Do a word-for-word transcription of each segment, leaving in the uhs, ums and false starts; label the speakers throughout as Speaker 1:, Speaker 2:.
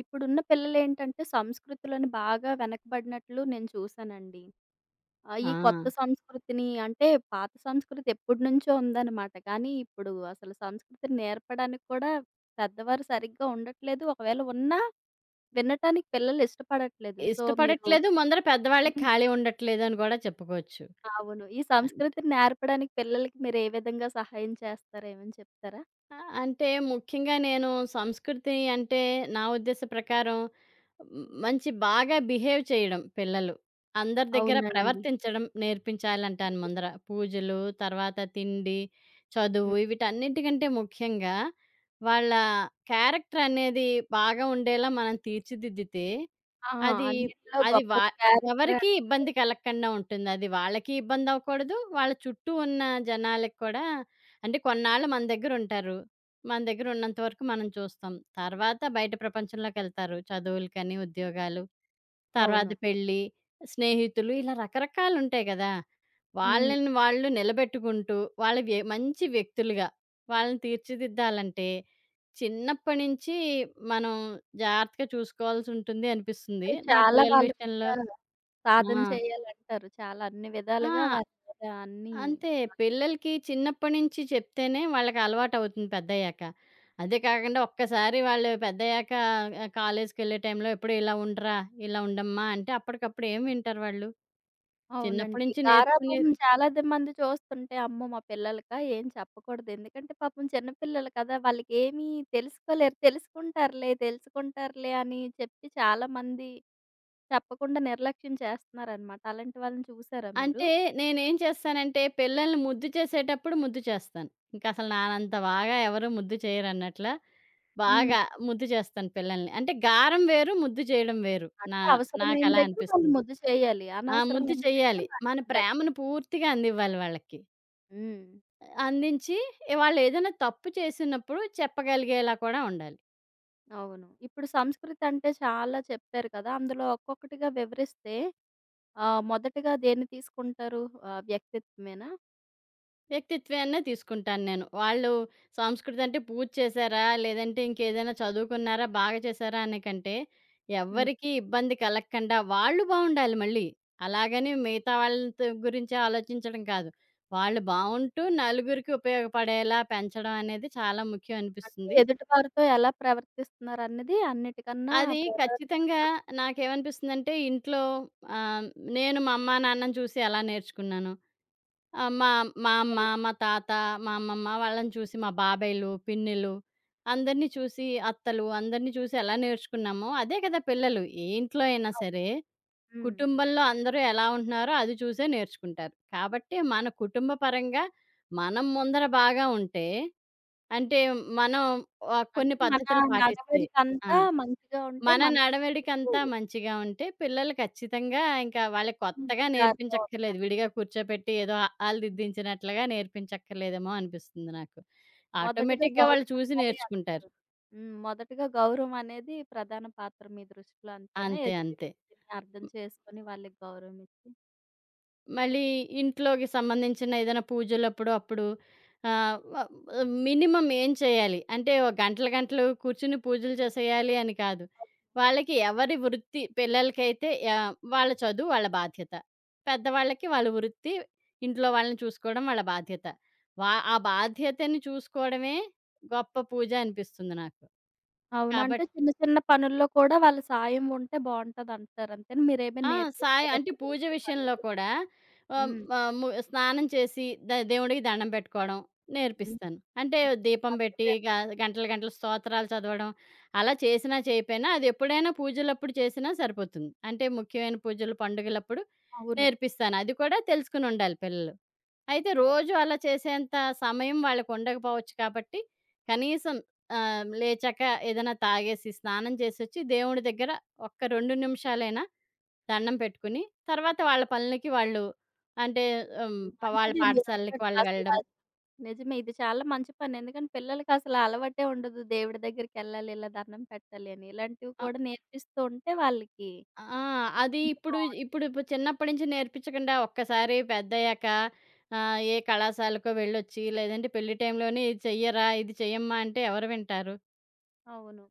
Speaker 1: ఇప్పుడున్న పిల్లలేంటంటే, సంస్కృతిలోని బాగా వెనకబడినట్లు నేను చూశానండి. ఆహ్,
Speaker 2: ఆ!
Speaker 1: ఈ కొత్త సంస్కృతిని అంటే పాత సంస్కృతి ఎప్పటినుంచో ఉందనమాట. కానీ ఇప్పుడు అసలు సంస్కృతిని నేర్పడానికి కూడా పెద్దవారు సరిగ్గా ఉండట్లేదు. ఒకవేళ ఉన్నా వినటానికి పిల్లలు ఇష్టపడట్లేదు. సో, మీరు
Speaker 2: ఇష్టపడట్లేదు. ముందర పెద్దవాళ్ళకి
Speaker 1: హ్మ్.
Speaker 2: ఖాళీ ఉండట్లేదని గూడా చెప్పుకోవచ్చు.
Speaker 1: అవును. ఈ
Speaker 2: ఆ!
Speaker 1: సంస్కృతిని నేర్పడానికి పిల్లలకి మీరు ఏ విధంగా సహాయం చేస్తారు? ఏమైనా చెప్తారా?
Speaker 2: ఆ! అంటే ముఖ్యంగా నేను సంస్కృతి అంటే నా ఉద్దేశ ప్రకారం హ్మ్,
Speaker 1: హ్మ్.
Speaker 2: మంచి బాగా బిహేవ్ చేయడం పిల్లలు. అందరి దగ్గర
Speaker 1: అవునండి.
Speaker 2: ప్రవర్తించడం నేర్పించాలంటాను ముందర. పూజలు, తర్వాత తిండి, చదువు
Speaker 1: హ్మ్.
Speaker 2: వీటన్నిటికంటే ముఖ్యంగా వాళ్ళ క్యారెక్టర్ అనేది బాగా ఉండేలా మనం తీర్చిదిద్దితే
Speaker 1: ఆ!
Speaker 2: అది
Speaker 1: అన్నిట్లో
Speaker 2: అది వా
Speaker 1: గొప్పది క్యారెక్టరే
Speaker 2: ఎవరికీ
Speaker 1: అంటారు.
Speaker 2: ఇబ్బంది కలగకుండా ఉంటుంది. అది వాళ్ళకి ఇబ్బంది అవ్వకూడదు. వాళ్ళ చుట్టూ ఉన్న జనాలకి కూడా అంటే కొన్నాళ్ళు మన దగ్గరుంటారు. మన దగ్గరున్నంత వరకు మనం చూస్తాం. తర్వాత బయట ప్రపంచంలోకెళ్తారు. చదువులకని, ఉద్యోగాలు, తర్వాత
Speaker 1: అవును.
Speaker 2: పెళ్లి, స్నేహితులు ఇలా రకరకాలుంటాయి గదా!
Speaker 1: హ్మ్.
Speaker 2: వాళ్ళని వాళ్ళు నిలబెట్టుకుంటూ, వాళ్ళ వ్య మంచి వ్యక్తులుగా వాళ్ళని తీర్చిదిద్దాలంటే, చిన్నప్పటి నుంచి మనం జాగ్రత్తగా చూసుకోవాల్సుంటుంది అనిపిస్తుంది.
Speaker 1: అంటే
Speaker 2: నా
Speaker 1: చాలా
Speaker 2: పిల్లల
Speaker 1: వాళ్ళ
Speaker 2: విషయంలో
Speaker 1: మీద
Speaker 2: ఆ!
Speaker 1: సాధన చేయాలంటారు. చాలా అన్ని విధాలుగా
Speaker 2: ఆ!
Speaker 1: వాళ్ళ మీద అన్నీ
Speaker 2: అంతే. పిల్లలకి చిన్నప్పటి నుంచి చెప్తేనే వాళ్ళకి అలవాటవుతుంది పెద్దయ్యాక. అదే కాకుండా ఒక్కసారి వాళ్ళు పెద్దయ్యాక ఆహ్, కాలేజ్‌కెళ్ళే టైంలో ఎప్పుడూ ఇలా ఉండరా, ఇలా ఉండమ్మా అంటే అప్పటికప్పుడు ఏం వింటారు వాళ్ళు? చిన్నప్పటి
Speaker 1: అవునండి.
Speaker 2: నుంచి
Speaker 1: గారాబం
Speaker 2: నేర్చుకునేది
Speaker 1: చాలా ది మంది చూస్తుంటే, అమ్మో! మా పిల్లలకా ఏం చెప్పకూడదు. ఎందుకంటే పాపం చిన్న పిల్లలు కదా! వాళ్ళకేమీ తెలుసుకోలేరు. తెలుసుకుంటారులే, తెలుసుకుంటారులే అని చెప్పి చాలా మంది చెప్పకుండా నిర్లక్ష్యం చేస్తన్నారనమాట. అలాంటి వాళ్ళని చూసారా మీరు?
Speaker 2: అంటే నేనేం చేస్తానంటే పిల్లల్ని ముద్దు చేసేటప్పుడు ముద్దు చేస్తాను. ఇంకసలు నానంత బాగా ఎవరు ముద్దు చేయరన్నట్ల
Speaker 1: హ్మ్.
Speaker 2: బాగా ముద్దు చేస్తాను పిల్లల్ని. అంటే గారం వేరు, ముద్దు చేయడం వేరు. నా
Speaker 1: అంటే అవసరమైన
Speaker 2: నాకలా
Speaker 1: దగ్గర వాళ్ళు
Speaker 2: అనిపిస్తుంది.
Speaker 1: ముద్దు చేయాలి.
Speaker 2: ఆ! ముద్దు
Speaker 1: అనవసరమైన దగ్గర
Speaker 2: చెయ్యాలి. మన
Speaker 1: వాళ్ళని గట్
Speaker 2: ప్రేమను పూర్తిగా అందివ్వాలి వాళ్ళకి.
Speaker 1: హ్మ్.
Speaker 2: అందించి వాళ్ళేదైనా తప్పు చేసినప్పుడు చెప్పగలిగేలా కూడా ఉండాలి.
Speaker 1: అవును. ఇప్పుడు సంస్కృతి అంటే చాలా చెప్పారు కదా! అందులో ఒక్కొక్కటిగా వివరిస్తే ఆహ్, మొదటగా దేన్ని తీసుకుంటారు? ఆహ్, వ్యక్తిత్వమేనా?
Speaker 2: వ్యక్తిత్వాన్నే తీసుకుంటాను నేను. వాళ్ళు సంస్కృతి అంటే పూజ చేశారా? లేదంటే ఇంకేదైనా చదువుకున్నారా? బాగా చేశారా? అనే కంటే
Speaker 1: హ్మ్.
Speaker 2: ఎవ్వరికీ ఇబ్బంది కలగకుండా వాళ్ళు బావుండాలి మళ్ళీ. అలాగని మిగతా వాళ్ళతో గురించి ఆలోచించడం కాదు. వాళ్ళు బావుంటూ నలుగురికి ఉపయోగపడేలా పెంచడం అనేది చాలా ముఖ్యం
Speaker 1: అంటే
Speaker 2: అనిపిస్తుంది.
Speaker 1: ఎదుటి వారితో ఎలా ప్రవర్తిస్తున్నారన్నది అన్నిటికన్నా
Speaker 2: అది
Speaker 1: ప్రధాన
Speaker 2: ఖచ్చితంగా
Speaker 1: పాత్ర
Speaker 2: నాకేమనిపిస్తుందంటే ఇంట్లో ఆహ్, నేను మా అమ్మా, నాన్నని చూసి ఎలా నేర్చుకున్నాను. ఆహ్, మా మా అమ్మ,
Speaker 1: ఉంటుంది.
Speaker 2: మా తాత, మా అమ్మమ్మ వాళ్ళని చూసి మా బాబాయిలు, పిన్నిలు అందరిని చూసి అత్తలు అందరిని చూసి ఎలా నేర్చుకున్నామో, అదే కదా పిల్లలు. ఏ ఇంట్లో అయినా
Speaker 1: అవును.
Speaker 2: సరే,
Speaker 1: హ్మ్.
Speaker 2: కుటుంబంలో అందరూ ఎలా ఉంటున్నారో అది చూసే నేర్చుకుంటారు. కాబట్టి మన కుటుంబ పరంగా మనం ముందర బాగా ఉంటే, అంటే మనం ఆహ్, కొన్ని
Speaker 1: అంటే మన
Speaker 2: పద్ధతులు పాటిస్తే ఆ!
Speaker 1: నడవడికంతా మంచిగా ఉంటే
Speaker 2: మన
Speaker 1: మనం
Speaker 2: నడవడికంతా మంచిగా ఉంటే, పిల్లలు ఖచ్చితంగా ఇంకా వాళ్ళకి కొత్తగా
Speaker 1: మంచి దారిలో
Speaker 2: నేర్పించక్కర్లేదు.
Speaker 1: ఉంటాం.
Speaker 2: విడిగా కూర్చోపెట్టి ఏదో ఆల్దిద్దించినట్లుగా నేర్పించక్కర్లేదేమో అనిపిస్తుంది నాకు.
Speaker 1: మొదటగా
Speaker 2: ఆటోమేటిక్‌గా వాళ్ళు
Speaker 1: గౌరవం
Speaker 2: చూసి
Speaker 1: ఇవ్వాలి
Speaker 2: నేర్చుకుంటారు.
Speaker 1: అంటారు. హ్మ్. మొదటగా గౌరవం అనేది ప్రధాన పాత్ర మీ దృష్టిలో అంతేనా?
Speaker 2: అంతే.
Speaker 1: ఎదుటి
Speaker 2: అంతే.
Speaker 1: వ్యక్తిని అర్థం చేసుకొని వాళ్ళకి గౌరవం ఇచ్చి?
Speaker 2: మళ్ళీ ఇంట్లోకి సంబంధించిన ఏదైనా పూజలప్పుడు అప్పుడు ఆహ్, వ మినిమమ్ ఏం చేయాలి? అంటే ఓ గంటలు గంటలు కూర్చొని పూజలు
Speaker 1: హ్మ్.
Speaker 2: చేసేయాలి అని కాదు. వాళ్ళకి ఎవరి వృత్తి పిల్లలకైతే ఆహ్, వాళ్ళ చదువు వాళ్ళ బాధ్యత. పెద్దవాళ్ళకి వాళ్ళ వృత్తి, ఇంట్లో వాళ్ళని చూసుకోవడం వాళ్ళ బాధ్యత. వా ఆ బాధ్యతని చూసుకోవడమే గొప్ప పూజ అనిపిస్తుంది నాకు.
Speaker 1: అవును. అంటే
Speaker 2: కాబట్
Speaker 1: చిన్న చిన్న పనుల్లో కూడా వాళ్ళ సాయం ఉంటే బావుంటదంటారు. అంతేనా? మీరేమైనా
Speaker 2: ఆ! సాయ
Speaker 1: నేర్పిస్తారా
Speaker 2: అంటే పూజ
Speaker 1: పిల్లలకి
Speaker 2: విషయంలో
Speaker 1: పనులు?
Speaker 2: కూడా ఆహ్,
Speaker 1: హ్మ్.
Speaker 2: ఆహ్, ము స్నానం చేసి ద దేవుడికి దండం పెట్టుకోవడం
Speaker 1: హ్మ్.
Speaker 2: నేర్పిస్తాను. అంటే
Speaker 1: హ్మ్.
Speaker 2: దీపం పెట్టి
Speaker 1: మంచిదే.
Speaker 2: గ గంటలు గంటలు స్తోత్రాలు చదవడం అలా చేసినా చేయకపోయినా అది ఎప్పుడైనా పూజలప్పుడు చేసినా సరిపోతుంది. అంటే ముఖ్యమైన పూజలు పండుగలప్పుడు
Speaker 1: అవును.
Speaker 2: నేర్పిస్తాను. అది కూడా తెలుసుకొని ఉండాలి పిల్లలు. అయితే
Speaker 1: అవును.
Speaker 2: రోజు అలా చేసేంత సమయం వాళ్ళకి ఉండకపోవచ్చు కాబట్టి కనీసం ఆహ్, లేచాక ఏదైనా తాగేసి స్నానం చేసొచ్చి దేవుడి దగ్గర ఒక్క రెండు నిమిషాలైనా దండం పెట్టుకుని, తర్వాత వాళ్ళ పనులకి వాళ్ళు అంటే హ్మ్.
Speaker 1: ఉమ్,
Speaker 2: ప వాళ్ళ
Speaker 1: మంచిదే
Speaker 2: పాఠశాలలకి
Speaker 1: మీరన్నట్లు
Speaker 2: వాళ్ళు
Speaker 1: అసల
Speaker 2: వెళ్ళడం.
Speaker 1: నిజమే. ఇది చాలా మంచి పని. ఎందుకంటే పిల్లలకసల అలవాటే ఉండదు. దేవుడి దగ్గరికెళ్ళాలి, ఇలా దండం పెట్టాలి అని. ఇలాంటివి
Speaker 2: అ
Speaker 1: కూడా నేర్పిస్తూ ఉంటే వాళ్ళకి
Speaker 2: ఆ! అది
Speaker 1: బాగుంటుంది.
Speaker 2: ఇప్పుడు ఇప్పుడు ఇప్పుడు చిన్నప్పటి నుంచి నేర్పించకుండా ఒక్కసారి పెద్దయ్యాక ఆహ్, ఏ కళాశాలకో వెళ్ళొచ్చి, లేదంటే పెళ్లి టైంలోనే ఇది చెయ్యరా, ఇది చెయ్యమ్మా అంటే ఎవరు వింటారు?
Speaker 1: అవును.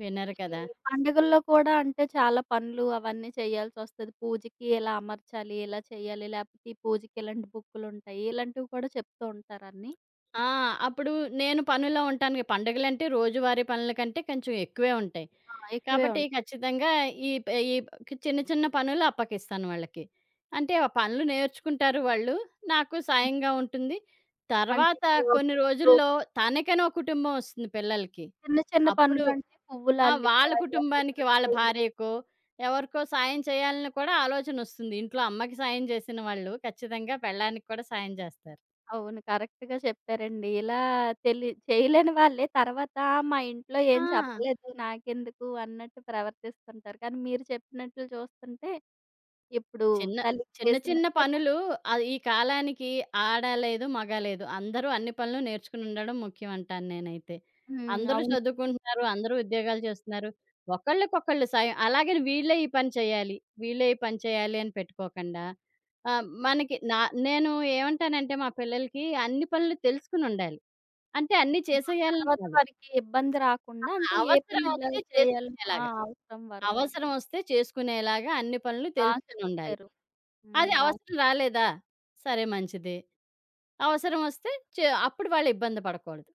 Speaker 2: వినరు
Speaker 1: ఈ
Speaker 2: కదా!
Speaker 1: పండుగల్లో కూడా అంటే చాలా పనులు అవన్నీ చేయాల్సొస్తది. పూజకి ఇలా అమర్చాలి, ఇలా చేయాలి, లేకపోతే ఈ పూజకి ఇలాంటి బుక్కులుంటాయి. ఇలాంటివి కూడా చెప్తూ ఉంటారు అన్నీ.
Speaker 2: ఆ! అప్పుడు నేను పనుల్లో ఉంటాను. పండుగలంటే రోజువారీ పనుల కంటే కొంచెం ఎక్కువే ఉంటాయి.
Speaker 1: ఆ! ఎక్కువే
Speaker 2: కాబట్టి
Speaker 1: ఉంటాయి.
Speaker 2: ఖచ్చితంగా ఈ ప ఈ ప- చిన్న చిన్న పనులు అప్పకిస్తాను వాళ్ళకి. అంటే ఆ పనులు నేర్చుకుంటారు వాళ్ళు. నాకు సాయంగా ఉంటుంది.
Speaker 1: అంటే
Speaker 2: తర్వాత
Speaker 1: పువ్వు
Speaker 2: కొన్ని
Speaker 1: పువ్వులు
Speaker 2: రోజుల్లో తనకని ఒక కుటుంబం వస్తుంది పిల్లలకి.
Speaker 1: చిన్న చిన్న
Speaker 2: అప్పుడు
Speaker 1: పనులంటే పువ్వుల
Speaker 2: ఆ!
Speaker 1: అల్లిక,
Speaker 2: వాళ్ళ
Speaker 1: ఇలా
Speaker 2: కుటుంబానికి
Speaker 1: శుభ్రం
Speaker 2: వాళ్ళ
Speaker 1: చేయడం.
Speaker 2: భార్యకో, ఎవరికో సాయం చేయాలని కూడా ఆలోచనొస్తుంది. ఇంట్లో అమ్మకి సాయం చేసిన వాళ్ళు ఖచ్చితంగా పెళ్ళానికి కూడా సాయం చేస్తారు.
Speaker 1: అవును. కరెక్ట్‌గా చెప్పారండి. ఇలా తెలి చేయలేని వాళ్ళే తర్వాత మా ఇంట్లో
Speaker 2: ఆ!
Speaker 1: ఏం చెప్పలేదు నాకెందుకు అన్నట్టు ప్రవర్తిస్తుంటారు. కానీ మీరు చెప్పినట్లు చూస్తుంటే ఇప్పుడు
Speaker 2: చిన్న
Speaker 1: తల్లికి
Speaker 2: చిన్న చిన్న
Speaker 1: చేసినట్టే తర్వాత
Speaker 2: పనులు ఆహ్, ఈ కాలానికి ఆడ లేదు, మగ లేదు. అందరూ అన్ని పనులు నేర్చుకుని ఉండడం ముఖ్యం అంటాను నేనైతే.
Speaker 1: హ్మ్.
Speaker 2: అందరూ
Speaker 1: అవును.
Speaker 2: చదువుకుంటున్నారు, అందరూ ఉద్యోగాలు చేస్తున్నారు. ఒకళ్ళకొకళ్ళు సాయం అలాగని వీళ్ళే ఈ పని చేయాలి, వీళ్ళే ఈ పని చేయాలి అని పెట్టుకోకుండా ఆహ్, మనకి నా నేను ఏమంటానంటే మా పిల్లలకి అన్ని పనులు తెలుసుకుని ఉండాలి. అంటే అన్నీ
Speaker 1: ఆ!
Speaker 2: చేసేయాలని
Speaker 1: తర్వాత
Speaker 2: కాదు.
Speaker 1: వారికి ఇబ్బంది రాకుండా అంటే ఏ
Speaker 2: అవసరం
Speaker 1: పని ఎలా
Speaker 2: వస్తే
Speaker 1: చేయాలో ఆ!
Speaker 2: చేసుకునేలాగా.
Speaker 1: అవసరం వరకు.
Speaker 2: అవసరమొస్తే చేసుకునేలాగా అన్ని పనులు
Speaker 1: బా
Speaker 2: తెలుసుకొనుండాలి.
Speaker 1: చెప్పారు. హ్మ్.
Speaker 2: అది
Speaker 1: బా
Speaker 2: అవసరం రాలేదా? సరే మంచిది. అవసరమొస్తే చే అప్పుడు వాళ్ళు ఇబ్బంది పడకూడదు.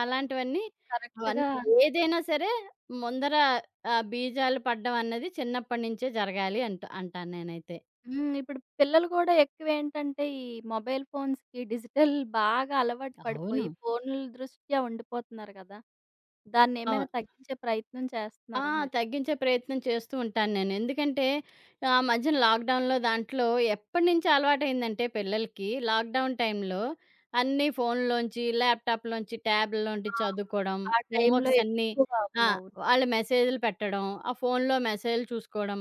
Speaker 2: అలాంటివన్నీ అవన్నీ
Speaker 1: కరెక్ట్‌గా చెప్
Speaker 2: ఏదైనా సరే ముందర ఆహ్, బీజాలు పడడం అన్నది చిన్నప్పటి నుంచే జరగాలి అంట అంటాను నేనైతే.
Speaker 1: హ్మ్. ఇప్పుడు పిల్లలు కూడా ఎక్కువేంటంటే ఈ మొబైల్ ఫోన్స్‌కి, డిజిటల్ బాగా అలవాటు
Speaker 2: అవును.
Speaker 1: పడిపోయి ఫోనుల దృష్ట్యా ఉండిపోతున్నారు కదా! దాన్నేమైనా తగ్గించే ప్రయత్నం
Speaker 2: ఆ!
Speaker 1: చేస్తున్నారా మీరు?
Speaker 2: తగ్గించే ప్రయత్నం చేస్తూ ఉంటాను నేను. ఎందుకంటే ఆ మధ్యన లాక్‌డౌన్‌లో దాంట్లో ఎప్పటినుంచి అలవాటయిందంటే పిల్లలకి లాక్‌డౌన్ టైంలో అన్నీ ఫోన్‌లోంచి, ల్యాప్‌టాప్‌లోంచి, ట్యాబ్‌లోంటి
Speaker 1: ఆ!
Speaker 2: చదువుకోవడం,
Speaker 1: ఆ టైంలో
Speaker 2: హోంవర్క్స్ అన్నీ
Speaker 1: ఎక్కువ
Speaker 2: ఆ!
Speaker 1: అవునవును.
Speaker 2: వాళ్ళు మెసేజ్‌లు పెట్టడం, ఆ ఫోన్‌లో మెసేజ్‌లు చూసుకోవడం,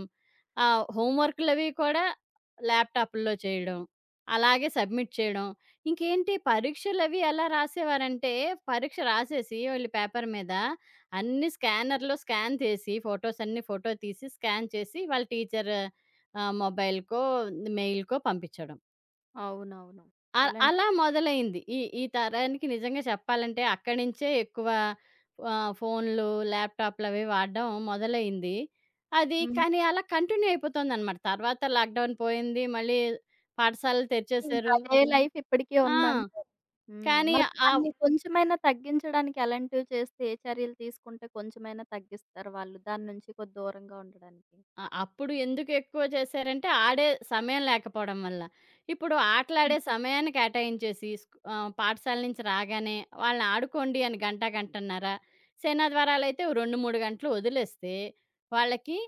Speaker 2: ఆహ్, హోంవర్క్‌లవి కూడా ల్యాప్‌టాప్‌ల్లో చేయడం, అలాగే సబ్మిట్ చేయడం. ఇంకేంటి పరీక్షలవి ఎలా రాసేవారంటే పరీక్ష రాసేసి వీళ్ళు పేపర్ మీద అన్ని స్కానర్‌లో స్కాన్ చేసి ఫోటోస్ అన్ని ఫోటో తీసి స్కాన్ చేసి వాళ్ళ టీచర్ ఆహ్, మొబైల్‌కో, మెయిల్‌కో పంపించడం.
Speaker 1: అవునవును.
Speaker 2: అ
Speaker 1: ఇలాంటి
Speaker 2: అలా మొదలైంది. ఈ ఈ తరానికి నిజంగా చెప్పాలంటే అక్కడి నుంచే ఎక్కువ ఆహ్, ఫోన్‌లు, ల్యాప్‌టాప్‌లవి వాడడం మొదలైంది. అది
Speaker 1: హ్మ్.
Speaker 2: కానీ అలా కంటిన్యూ అయిపోతుందనమాట. తర్వాత లాక్‌డౌన్ పోయింది. మళ్ళీ పాఠశాలలు
Speaker 1: ఇంకా
Speaker 2: తెరిచేశారు.
Speaker 1: అదే లైఫ్ ఇప్పటికీ
Speaker 2: ఆ!
Speaker 1: ఉందంటారు. హ్మ్.
Speaker 2: కానీ
Speaker 1: మరి
Speaker 2: ఆ
Speaker 1: దాన్ని కొంచెమైనా తగ్గించడానికి ఎలాంటివి చేస్తే, ఏ చర్యలు తీసుకుంటే కొంచెమైనా తగ్గిస్తారు వాళ్ళు దాని నుంచి కొద్ది దూరంగా ఉండడానికి?
Speaker 2: ఆ! అప్పుడు ఎందుకెక్కువ చేశారంటే, ఆడే సమయం లేకపోవడం వల్ల. ఇప్పుడు
Speaker 1: హ్మ్.
Speaker 2: ఆటలాడే సమయాన్ని కేటాయించేసి, స్క్ ఆహ్, పాఠశాల నుంచి రాగానే వాళ్ళని ఆడుకోండి అని గంట, గంటన్నర, సేనాద్వారాలైతే ఓ రెండు, మూడు గంటలు వదిలేస్తే, వాళ్ళకి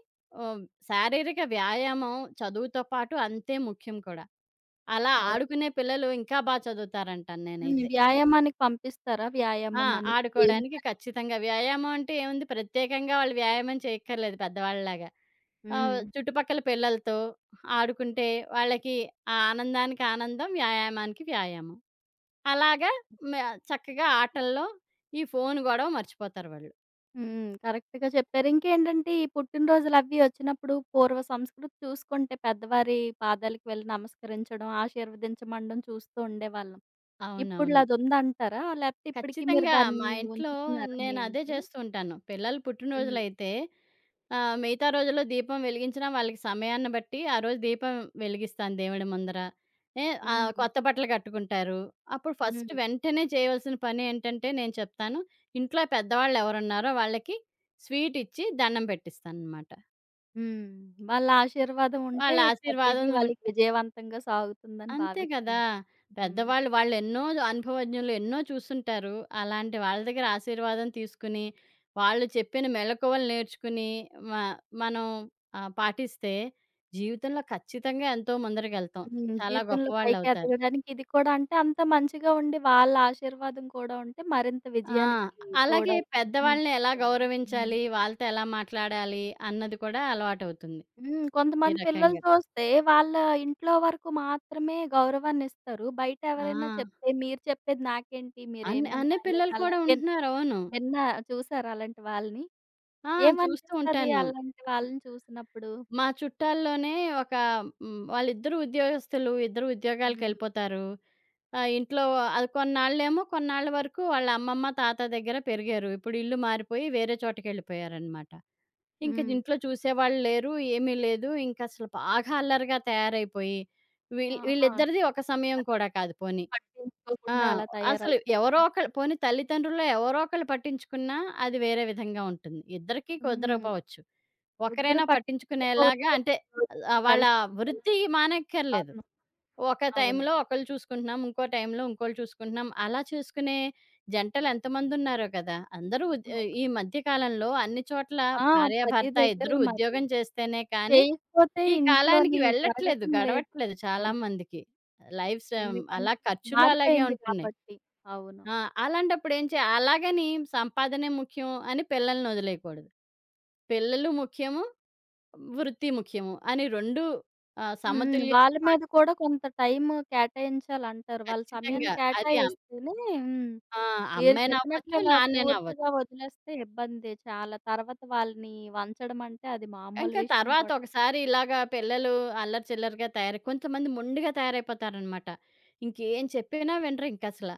Speaker 2: ఆహ్, శారీరక వ్యాయామం చదువుతో పాటు అంతే ముఖ్యం కూడా. అలా
Speaker 1: అవును.
Speaker 2: ఆడుకునే పిల్లలు ఇంకా బా చదువుతారంటాను
Speaker 1: హ్మ్.
Speaker 2: నేనైతే.
Speaker 1: వ్యాయామానికి పంపిస్తారా?
Speaker 2: ఆ!
Speaker 1: వ్యాయామం అని గేమ్స్
Speaker 2: ఆడుకోడానికి
Speaker 1: అని.
Speaker 2: ఖచ్చితంగా. వ్యాయామం అంటే ఏముంది ప్రత్యేకంగా వాళ్ళు వ్యాయామం చేయక్కర్లేదు పెద్దవాళ్ళలాగా. ఆహ్,
Speaker 1: హ్మ్.
Speaker 2: చుట్టుపక్కల పిల్లలతో ఆడుకుంటే వాళ్ళకి ఆ ఆనందానికి ఆనందం, వ్యాయామానికి వ్యాయామం. అలాగా మ చక్కగా ఆటల్లో ఈ ఫోను గొడవ మర్చిపోతారు వాళ్ళు.
Speaker 1: హ్మ్. కరెక్ట్‌గా చెప్పారు. ఇంకేంటంటే ఈ పుట్టినరోజులవి వచ్చినప్పుడు పూర్వ సంస్కృతి చూసుకుంటే పెద్దవారి పాదాలకు వెళ్ళి నమస్కరించడం, ఆశీర్వదించమనడం చూస్తూ ఉండేవాళ్ళం. ఇప్పుడు
Speaker 2: అవునవును.
Speaker 1: అదుందంటారా? లేకపోతే ఇప్పటికి మీరు
Speaker 2: ఖచ్చితంగా.
Speaker 1: దాన్ని
Speaker 2: మా ఇంట్లో
Speaker 1: ఉంచుతున్నారా మీ
Speaker 2: నేనదే
Speaker 1: ఇంట్లో?
Speaker 2: చేస్తూ ఉంటాను. పిల్లలు
Speaker 1: హ్మ్.
Speaker 2: పుట్టినరోజులైతే ఆహ్, మిగతా రోజుల్లో దీపం వెలిగించినా వాళ్ళకి సమయాన్ని బట్టి ఆ రోజు దీపం వెలిగిస్తాను దేవుడి ముందర. ఏ ఆహ్,
Speaker 1: హ్మ్.
Speaker 2: కొత్త బట్టలు కట్టుకుంటారు. అప్పుడు ఫస్ట్
Speaker 1: హ్మ్.
Speaker 2: వెంటనే చేయవలసిన పని ఏంటంటే నేను చెప్తాను. ఇంట్లో పెద్దవాళ్ళు ఎవరున్నారో వాళ్ళకి స్వీట్ ఇచ్చి దండం పెట్టిస్తాననమాట.
Speaker 1: హ్మ్. వాళ్ళ ఆశీర్వాదం ఉంటే
Speaker 2: వాళ్ళ
Speaker 1: ప్రతీదీ
Speaker 2: ఆశీర్వాదం
Speaker 1: వాళ్ళకి విజయవంతంగా సాగుతుందని
Speaker 2: అంతే కదా!
Speaker 1: భావిస్తున్నారు. హ్మ్.
Speaker 2: పెద్దవాళ్ళు వాళ్ళెన్నో అనుభవజ్ఞులు ఎన్నో చూసుంటారు. అలాంటి వాళ్ళ దగ్గర ఆశీర్వాదం తీసుకుని, వాళ్ళు చెప్పిన మెళకువలు నేర్చుకుని మ మనం ఆహ్, పాటిస్తే జీవితంలో ఖచ్చితంగా ఎంతో ముందరకెళ్తాం.
Speaker 1: హ్మ్.
Speaker 2: చాలా
Speaker 1: జీవితంలో పైకి
Speaker 2: గొప్పవాళ్ళవుతారు.
Speaker 1: ఎదగడానికి ఇది కూడా అంటే అంత మంచిగా ఉండి వాళ్ళ ఆశీర్వాదం కూడా ఉంటే మరింత
Speaker 2: ఆ!
Speaker 1: విజయానికి
Speaker 2: అలాగే
Speaker 1: తోడవుతుందని మీ
Speaker 2: పెద్దవాళ్ళని ఎలా
Speaker 1: అభిప్రాయం. హ్మ్.
Speaker 2: గౌరవించాలి? వాళ్ళతో ఎలా మాట్లాడాలి? అన్నది కూడా అలవాటవుతుంది
Speaker 1: హ్మ్.
Speaker 2: ఈ
Speaker 1: కొంతమంది పిల్లలు
Speaker 2: రకంగా.
Speaker 1: చూస్తే వాళ్ళ ఇంట్లో వరకు మాత్రమే గౌరవాన్నిస్తారు. బయట
Speaker 2: ఆ!
Speaker 1: ఎవరైనా చెప్తే మీరు చెప్పేది నాకేంటి
Speaker 2: అన్
Speaker 1: మీరేమైనా
Speaker 2: అనే
Speaker 1: ఇలాగ
Speaker 2: పిల్లలు
Speaker 1: అలా
Speaker 2: కూడా
Speaker 1: విన్
Speaker 2: ఉంటున్నారు. అవును.
Speaker 1: విన్నా చూసారా అలాంటి వాళ్ళని?
Speaker 2: ఆ! చూస్తూ
Speaker 1: ఏమనిపిస్తది
Speaker 2: ఉంటాను.
Speaker 1: అలాంటి వాళ్ళని చూసినప్పుడు?
Speaker 2: మా చుట్టాల్లోనే ఒక హ్మ్. వాళ్ళిద్దరూ ఉద్యోగస్తులు. ఇద్దరు
Speaker 1: హ్మ్.
Speaker 2: ఉద్యోగాలకెళ్ళిపోతారు. ఆహ్, ఇంట్లో అది కొన్నాళ్ళేమో కొన్నాళ్ళ వరకు వాళ్ళ అమ్మమ్మ, తాత దగ్గర పెరిగారు. ఇప్పుడు ఇల్లు మారిపోయి వేరే చోటకెళ్ళిపోయారనమాట. ఇంక
Speaker 1: హ్మ్.
Speaker 2: ఇంట్లో చూసేవాళ్ళు లేరు. ఏమీ లేదు. ఇంకసలు బాగా అల్లరిగా తయారైపోయి, వీళ్
Speaker 1: ఆహా!
Speaker 2: వీళ్ళిద్దరిది ఒక సమయం కూడా కాదు పోనీ. ఆ!
Speaker 1: పట్టించుకోకుండా అలా
Speaker 2: అసలు ఎవరో
Speaker 1: తయారవుతున్నారు.
Speaker 2: ఒకళ్ళు పోనీ తల్లిదండ్రుల్లో ఎవరో ఒకళ్ళు పట్టించుకున్నా అది వేరే విధంగా ఉంటుంది. ఇద్దరికీ
Speaker 1: హ్మ్.
Speaker 2: కుదరకపోవచ్చు.
Speaker 1: ఇద్దరు
Speaker 2: ఒకరైనా పట్టించుకునేలాగా
Speaker 1: పట్టించుకోకపోతే
Speaker 2: అంటే
Speaker 1: ఈ రోజుల్లో
Speaker 2: ఆహ్, వాళ్ళ
Speaker 1: పరిస్థితి చాలా
Speaker 2: వృత్తి మానక్కర్లేదు.
Speaker 1: దారుణం.
Speaker 2: ఒక
Speaker 1: అవును.
Speaker 2: టైంలో ఒకళ్ళు చూసుకుంటున్నాం. ఇంకో టైంలో ఇంకోళ్ళు చూసుకుంటున్నాం. అలా చేసుకునే జంటలు ఎంతమందున్నారో కదా! అందరూ ఉద్
Speaker 1: అవును.
Speaker 2: ఈ మధ్య కాలంలో అన్ని చోట్ల
Speaker 1: ఆ! ప్రతి
Speaker 2: భార్యాభర్త
Speaker 1: దగ్గర
Speaker 2: ఇద్దరూ
Speaker 1: మరి.
Speaker 2: ఉద్యోగం చేస్తేనే కానీ
Speaker 1: చేయకపోతే
Speaker 2: ఈ కాలానికి
Speaker 1: ఇంట్లోని
Speaker 2: వెళ్ళట్లేదు.
Speaker 1: జరగటం లేదు.
Speaker 2: గడవట్లేదు చాలా
Speaker 1: అవును.
Speaker 2: మందికి. లైఫ్స్
Speaker 1: ఎందుకంటే
Speaker 2: అలా ఖర్చులు అలాగే
Speaker 1: మారిపోయింది
Speaker 2: ఉంటున్నాయి.
Speaker 1: కాబట్టి. అవును.
Speaker 2: ఆ! అలాంటప్పుడు ఏం చే అలాగని సంపాదనే ముఖ్యం అని పిల్లల్ని వదిలేయకూడదు. పిల్లలు ముఖ్యము, వృత్తి ముఖ్యము అని రెండు ఆహ్,
Speaker 1: హ్మ్.
Speaker 2: సమతుల్యం
Speaker 1: వాళ్ళ మీద కూడా కొంత టైమ్ కేటాయించాలంటారు. వాళ్ళ సమయాన్ని
Speaker 2: ఖచ్చితంగా. అది అమ్
Speaker 1: కేటాయిస్తేనే హ్మ్.
Speaker 2: ఆ!
Speaker 1: మీరు చెప్పినట్లు
Speaker 2: అమ్మాయినవ్వచ్చు,
Speaker 1: ఇలా
Speaker 2: నాన్ననవ్వచ్చు.
Speaker 1: పూర్తిగా వదిలేస్తే ఇబ్బందే చాలా. తర్వాత వాళ్ళని వంచడం అంటే అది మామూలు
Speaker 2: ఇంకా
Speaker 1: విషయం
Speaker 2: తర్వాత
Speaker 1: కూడా
Speaker 2: ఒకసారి ఇలాగా పిల్లలు అల్లరి చిల్లరగా తయారై కొంతమంది మొండిగా తయారైపోతారనమాట. ఇంకేం చెప్పినా వినరు ఇంకసల.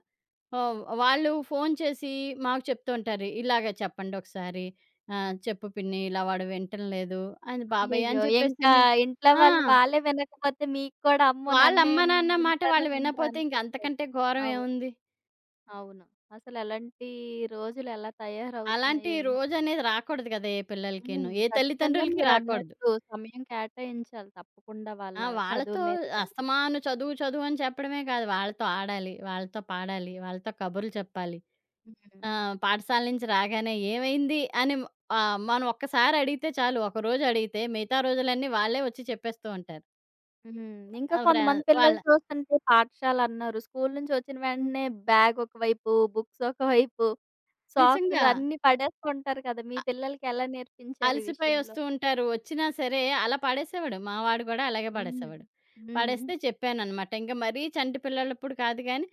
Speaker 2: ఆహ్, వాళ్ళు ఫోను చేసి మాకు చెప్తూ ఉంటారు. "ఇలాగ చెప్పండి ఒకసారి. ఆహ్, చెప్పు పిన్ని ఇలా వాడు వినటం లేదు" అని బాబాయ్
Speaker 1: అయ్యయ్యో!
Speaker 2: అని
Speaker 1: ఇంకా
Speaker 2: చెప్పేసని
Speaker 1: ఇంట్లో
Speaker 2: ఆ!
Speaker 1: వాళ్ళు వాళ్ళే వినకపోతే మీకు కూడా అమ్మో!
Speaker 2: వాళ్ళ
Speaker 1: నన్నే
Speaker 2: అమ్మ నాన్న మాట
Speaker 1: వింటారో
Speaker 2: వాళ్ళు
Speaker 1: వినరో
Speaker 2: వినపోతే ఇంక
Speaker 1: అనిపిస్తది.
Speaker 2: అంతకంటే ఘోరం
Speaker 1: అవును.
Speaker 2: ఏముంది?
Speaker 1: అవును. అసలు ఎలాంటి రోజులు ఎలా
Speaker 2: అలాంటి
Speaker 1: తయారవుతున్నాయో ఏంటో.
Speaker 2: రోజనేది రాకూడదు కదా! ఏ
Speaker 1: హ్మ్.
Speaker 2: పిల్లలకిను. ఏ
Speaker 1: ఖచ్చితంగా
Speaker 2: తల్లిదండ్రులకి రాకూడదు.
Speaker 1: మీరన్నట్టు సమయం కేటాయించాలి తప్పకుండా వాళ్ళ
Speaker 2: ఆ! వాళ్ళతో
Speaker 1: చదువు మీద గాని.
Speaker 2: అస్తమాను చదువు, చదువు అని చెప్పడమే కాదు. వాళ్ళతో ఆడాలి, వాళ్ళతో పాడాలి, వాళ్ళతో కబుర్లు చెప్పాలి.
Speaker 1: హ్మ్.
Speaker 2: ఆహ్, పాఠశాల నుంచి రాగానే ఏమైంది అని ఆహ్, మనం ఒక్కసారి అడిగితే చాలు. ఒకరోజు అడిగితే మిగతా రోజులన్నీ వాళ్ళే వచ్చి చెప్పేస్తూ ఉంటారు.
Speaker 1: హ్మ్. ఇంకా
Speaker 2: ఆ! ఫ్రె
Speaker 1: కొంతమంది
Speaker 2: వాళ్ళ
Speaker 1: పిల్లలు చూస్తుంటే పాఠశాలన్నారు. స్కూలు నుంచి వచ్చిన వెంటనే బ్యాగ్ ఒకవైపు, బుక్స్ ఒకవైపు,
Speaker 2: నిజంగా.
Speaker 1: సాక్సులు అన్నీ పడేస్తుంటారు కదా! మీ పిల్లలకి ఎలా నేర్పించారు ఈ
Speaker 2: అలసిపోయి
Speaker 1: విషయంలో?
Speaker 2: వస్తూ ఉంటారు. వచ్చినా సరే అలా పడేసేవాడు. మా వాడు కూడా అలాగే
Speaker 1: హ్మ్.
Speaker 2: పడేసేవాడు.
Speaker 1: హ్మ్.
Speaker 2: పడేస్తే చెప్పాననమాట. ఇంక మరీ చంటి పిల్లలప్పుడు కాదు గానీ,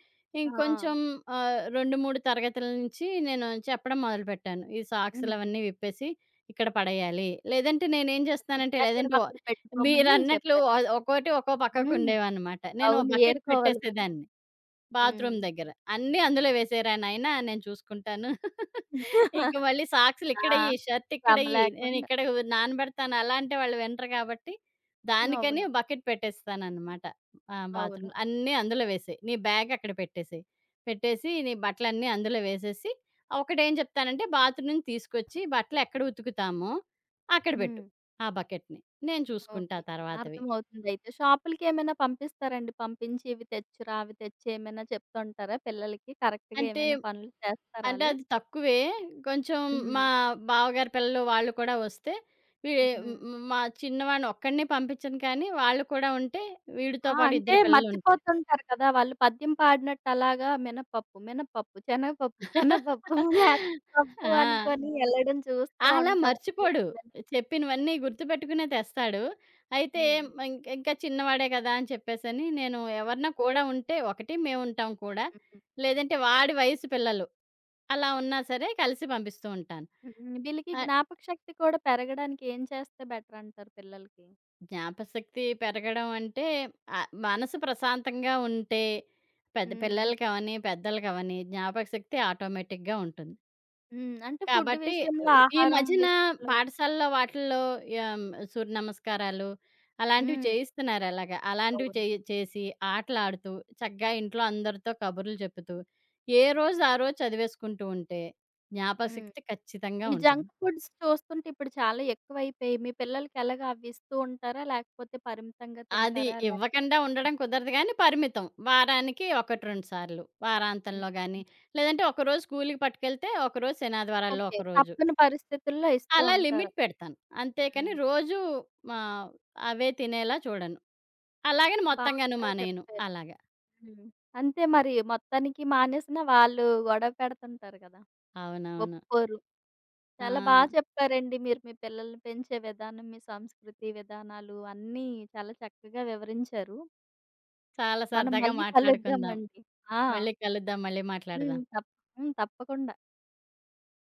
Speaker 1: ఆ!
Speaker 2: ఇంకొంచెం ఆహ్, రెండు, మూడు తరగతుల నుంచి నేను చెప్పడం మొదలుపెట్టాను. ఈ
Speaker 1: హ్మ్.
Speaker 2: సాక్సులవన్నీ విప్పేసి ఇక్కడ పడేయాలి. లేదంటే నేనేం చేస్తానంటే
Speaker 1: ఎక్కడ
Speaker 2: లేదంటే ఓ
Speaker 1: పక్కడ పెట్టుకోమని
Speaker 2: మీరన్నట్లు
Speaker 1: చెప్పారు.
Speaker 2: ఒ ఒక్కోటి ఒక్కో
Speaker 1: హ్మ్.
Speaker 2: పక్కకుండేవనమాట. నేను ఓ
Speaker 1: అవును.
Speaker 2: బకెట్
Speaker 1: ఏరుకోవాలి మరి.
Speaker 2: పెట్టేసేదాన్ని. బాత్రూమ్
Speaker 1: హ్మ్.
Speaker 2: దగ్గర. అన్నీ అందులో వేసేరా నాయనా! నేను చూసుకుంటాను. ఇంక మళ్ళీ
Speaker 1: ఆ!
Speaker 2: సాక్సులిక్కడెయ్యి,
Speaker 1: శ్రమ
Speaker 2: షర్టిక్కడెయ్యి,
Speaker 1: లేకుండా.
Speaker 2: నేనిక్కడ నానబెడతాను. అలా అంటే వాళ్ళు వినరు కాబట్టి, దానికని
Speaker 1: అవును.
Speaker 2: బకెట్ పెట్టేస్తాననమాట. ఆ!
Speaker 1: అవును.
Speaker 2: బాత్రూమ్‌లో. అన్నీ అందులో వేసేయి. నీ బ్యాగ్ అక్కడ పెట్టేసేయి. పెట్టేసి నీ బట్టలన్నీ అందులో వేసేసి, ఒకటేం చెప్తానంటే బాత్రూమ్ నుంచి తీసుకొచ్చి బట్టలెక్కడ ఉతుకుతామో అక్కడ పెట్టు
Speaker 1: హ్మ్.
Speaker 2: ఆ బకెట్‌ని. నేను చూసుకుంటా
Speaker 1: ఓకే.
Speaker 2: తర్వాతవి.
Speaker 1: అర్థమవుతుందయితే. షాపులకేమైనా పంపిస్తారండి? పంపించి ఇవి తెచ్చురా, అవి తెచ్చి ఏమైనా చెప్తుంటారా పిల్లలకి? కరెక్ట్‌గా
Speaker 2: అంటే,
Speaker 1: ఏమైనా పనులు
Speaker 2: అంటే
Speaker 1: చేస్తారాళ్ళు?
Speaker 2: అది తక్కువే. కొంచెం
Speaker 1: హ్మ్.
Speaker 2: మా బావగారి పిల్లలు వాళ్ళు కూడా వస్తే, వీ హ్మ్,
Speaker 1: హ్మ్.
Speaker 2: హ్మ్, మా చిన్నవాడిని ఒక్కడినే పంపించను కానీ, వాళ్ళు కూడా ఉంటే వీడితో
Speaker 1: ఆ!
Speaker 2: పాటు
Speaker 1: అంటే
Speaker 2: ఇద్దరు పిల్లలుంటే.
Speaker 1: మర్చిపోతుంటారు కదా! వాళ్ళు పద్యం పాడినట్టు అలాగా మినపప్పు, మినపప్పు, శనగపప్పు, శనగపప్పు, పప్పు
Speaker 2: ఆ!
Speaker 1: అనుకోని ఎళ్ళడం చూస్తా
Speaker 2: అలా
Speaker 1: ఉంటాం.
Speaker 2: మర్చిపోడు. చెప్పినవన్నీ
Speaker 1: హ్మ్.
Speaker 2: గుర్తుపెట్టుకునే తెస్తాడు. అయితే
Speaker 1: హ్మ్.
Speaker 2: మ ఇంక ఇంకా చిన్నవాడే కదా అని చెప్పేసని నేను ఎవరన్నా కూడా ఉంటే ఒకటి మేముంటాం కూడా.
Speaker 1: హ్మ్.
Speaker 2: లేదంటే వాడి వయసు పిల్లలు అలా ఉన్నా సరే కలిసి పంపిస్తూ ఉంటాను.
Speaker 1: హ్మ్. వీళ్ళకి
Speaker 2: ఆ!
Speaker 1: జ్ఞాపక శక్తి కూడా పెరగడానికి ఏం చేస్తే బెటరంటారు పిల్లలకి?
Speaker 2: జ్ఞాపకశక్తి పెరగడం అంటే ఆహ్, మనసు ప్రశాంతంగా ఉంటే పెద్ద
Speaker 1: హ్మ్.
Speaker 2: పిల్లలకవని, పెద్దలకవని జ్ఞాపకశక్తి ఆటోమేటిక్‌గా ఉంటుంది.
Speaker 1: హ్మ్. అంటే ఫుడ్
Speaker 2: కాబట్టి
Speaker 1: విషయంలో,
Speaker 2: ఈ
Speaker 1: ఆహారం
Speaker 2: మధ్యన
Speaker 1: విషయంలో
Speaker 2: పాఠశాలలో వాటిల్లో యాహ్, సూర్య నమస్కారాలు అలాంటివి
Speaker 1: హ్మ్.
Speaker 2: చేయిస్తున్నారు అలాగా. అలాంటివి
Speaker 1: అవును.
Speaker 2: చేయి చేసి ఆటలాడుతూ చక్కగా ఇంట్లో అందరితో కబుర్లు చెప్పుతూ, ఏ రోజు ఆ రోజు చదివేసుకుంటూ ఉంటే
Speaker 1: హ్మ్.
Speaker 2: జ్ఞాపకశక్తి ఖచ్చితంగా
Speaker 1: ఈ
Speaker 2: ఉంటుంది.
Speaker 1: జంక్ ఫుడ్స్ చూస్తుంటే ఇప్పుడు చాలా ఎక్కువైపోయాయి. మీ పిల్లలకి ఎలాగా అవి ఇస్తూ ఉంటారా? లేకపోతే పరిమితంగా
Speaker 2: అది
Speaker 1: తింటారా? లేకపోతే
Speaker 2: ఇవ్వకండా ఉండడం కుదరదు గానీ, పరిమితం. వారానికి ఒకటి,
Speaker 1: హ్మ్.
Speaker 2: రెండు సార్లు. వారాంతంలో గానీ,
Speaker 1: హ్మ్.
Speaker 2: లేదంటే ఒకరోజు స్కూలుకి పట్టుకెళ్తే, ఒకరోజు శనాదివారాల్లో
Speaker 1: ఓకే.
Speaker 2: ఒకరోజు.
Speaker 1: తప్పని పరిస్థితుల్లో ఇస్తూ
Speaker 2: అలా లిమిట్
Speaker 1: ఉంటారు.
Speaker 2: పెడతాను. అంతేకాని
Speaker 1: హ్మ్.
Speaker 2: రోజూ ఆహ్, అవే తినేలా చూడను. అలాగని మొత్తంగాను
Speaker 1: బాగా
Speaker 2: మానేయను.
Speaker 1: చెప్పారు.
Speaker 2: అలాగా.
Speaker 1: హ్మ్. అంతే మరి మొత్తానికి మానేసినా వాళ్ళు గొడవ పెడుతుంటారు కదా!
Speaker 2: అవునవును.
Speaker 1: ఒప్పుకోరు.
Speaker 2: ఆ!
Speaker 1: చాలా బాగా చెప్పారండి. మీరు మీ పిల్లల్ని పెంచే విధానం, మీ సంస్కృతి విధానాలు అన్నీ చాలా చక్కగా వివరించారు.
Speaker 2: చాలా
Speaker 1: మనం
Speaker 2: సరదాగా
Speaker 1: మళ్ళీ
Speaker 2: మాట్లాడుకుందాం.
Speaker 1: కలుద్దామండి. ఆ!
Speaker 2: మళ్ళీ కలుద్దాం. మళ్ళీ
Speaker 1: హ్మ్.
Speaker 2: మాట్లాడదాం.
Speaker 1: తప్ హ్మ్. తప్పకుండా.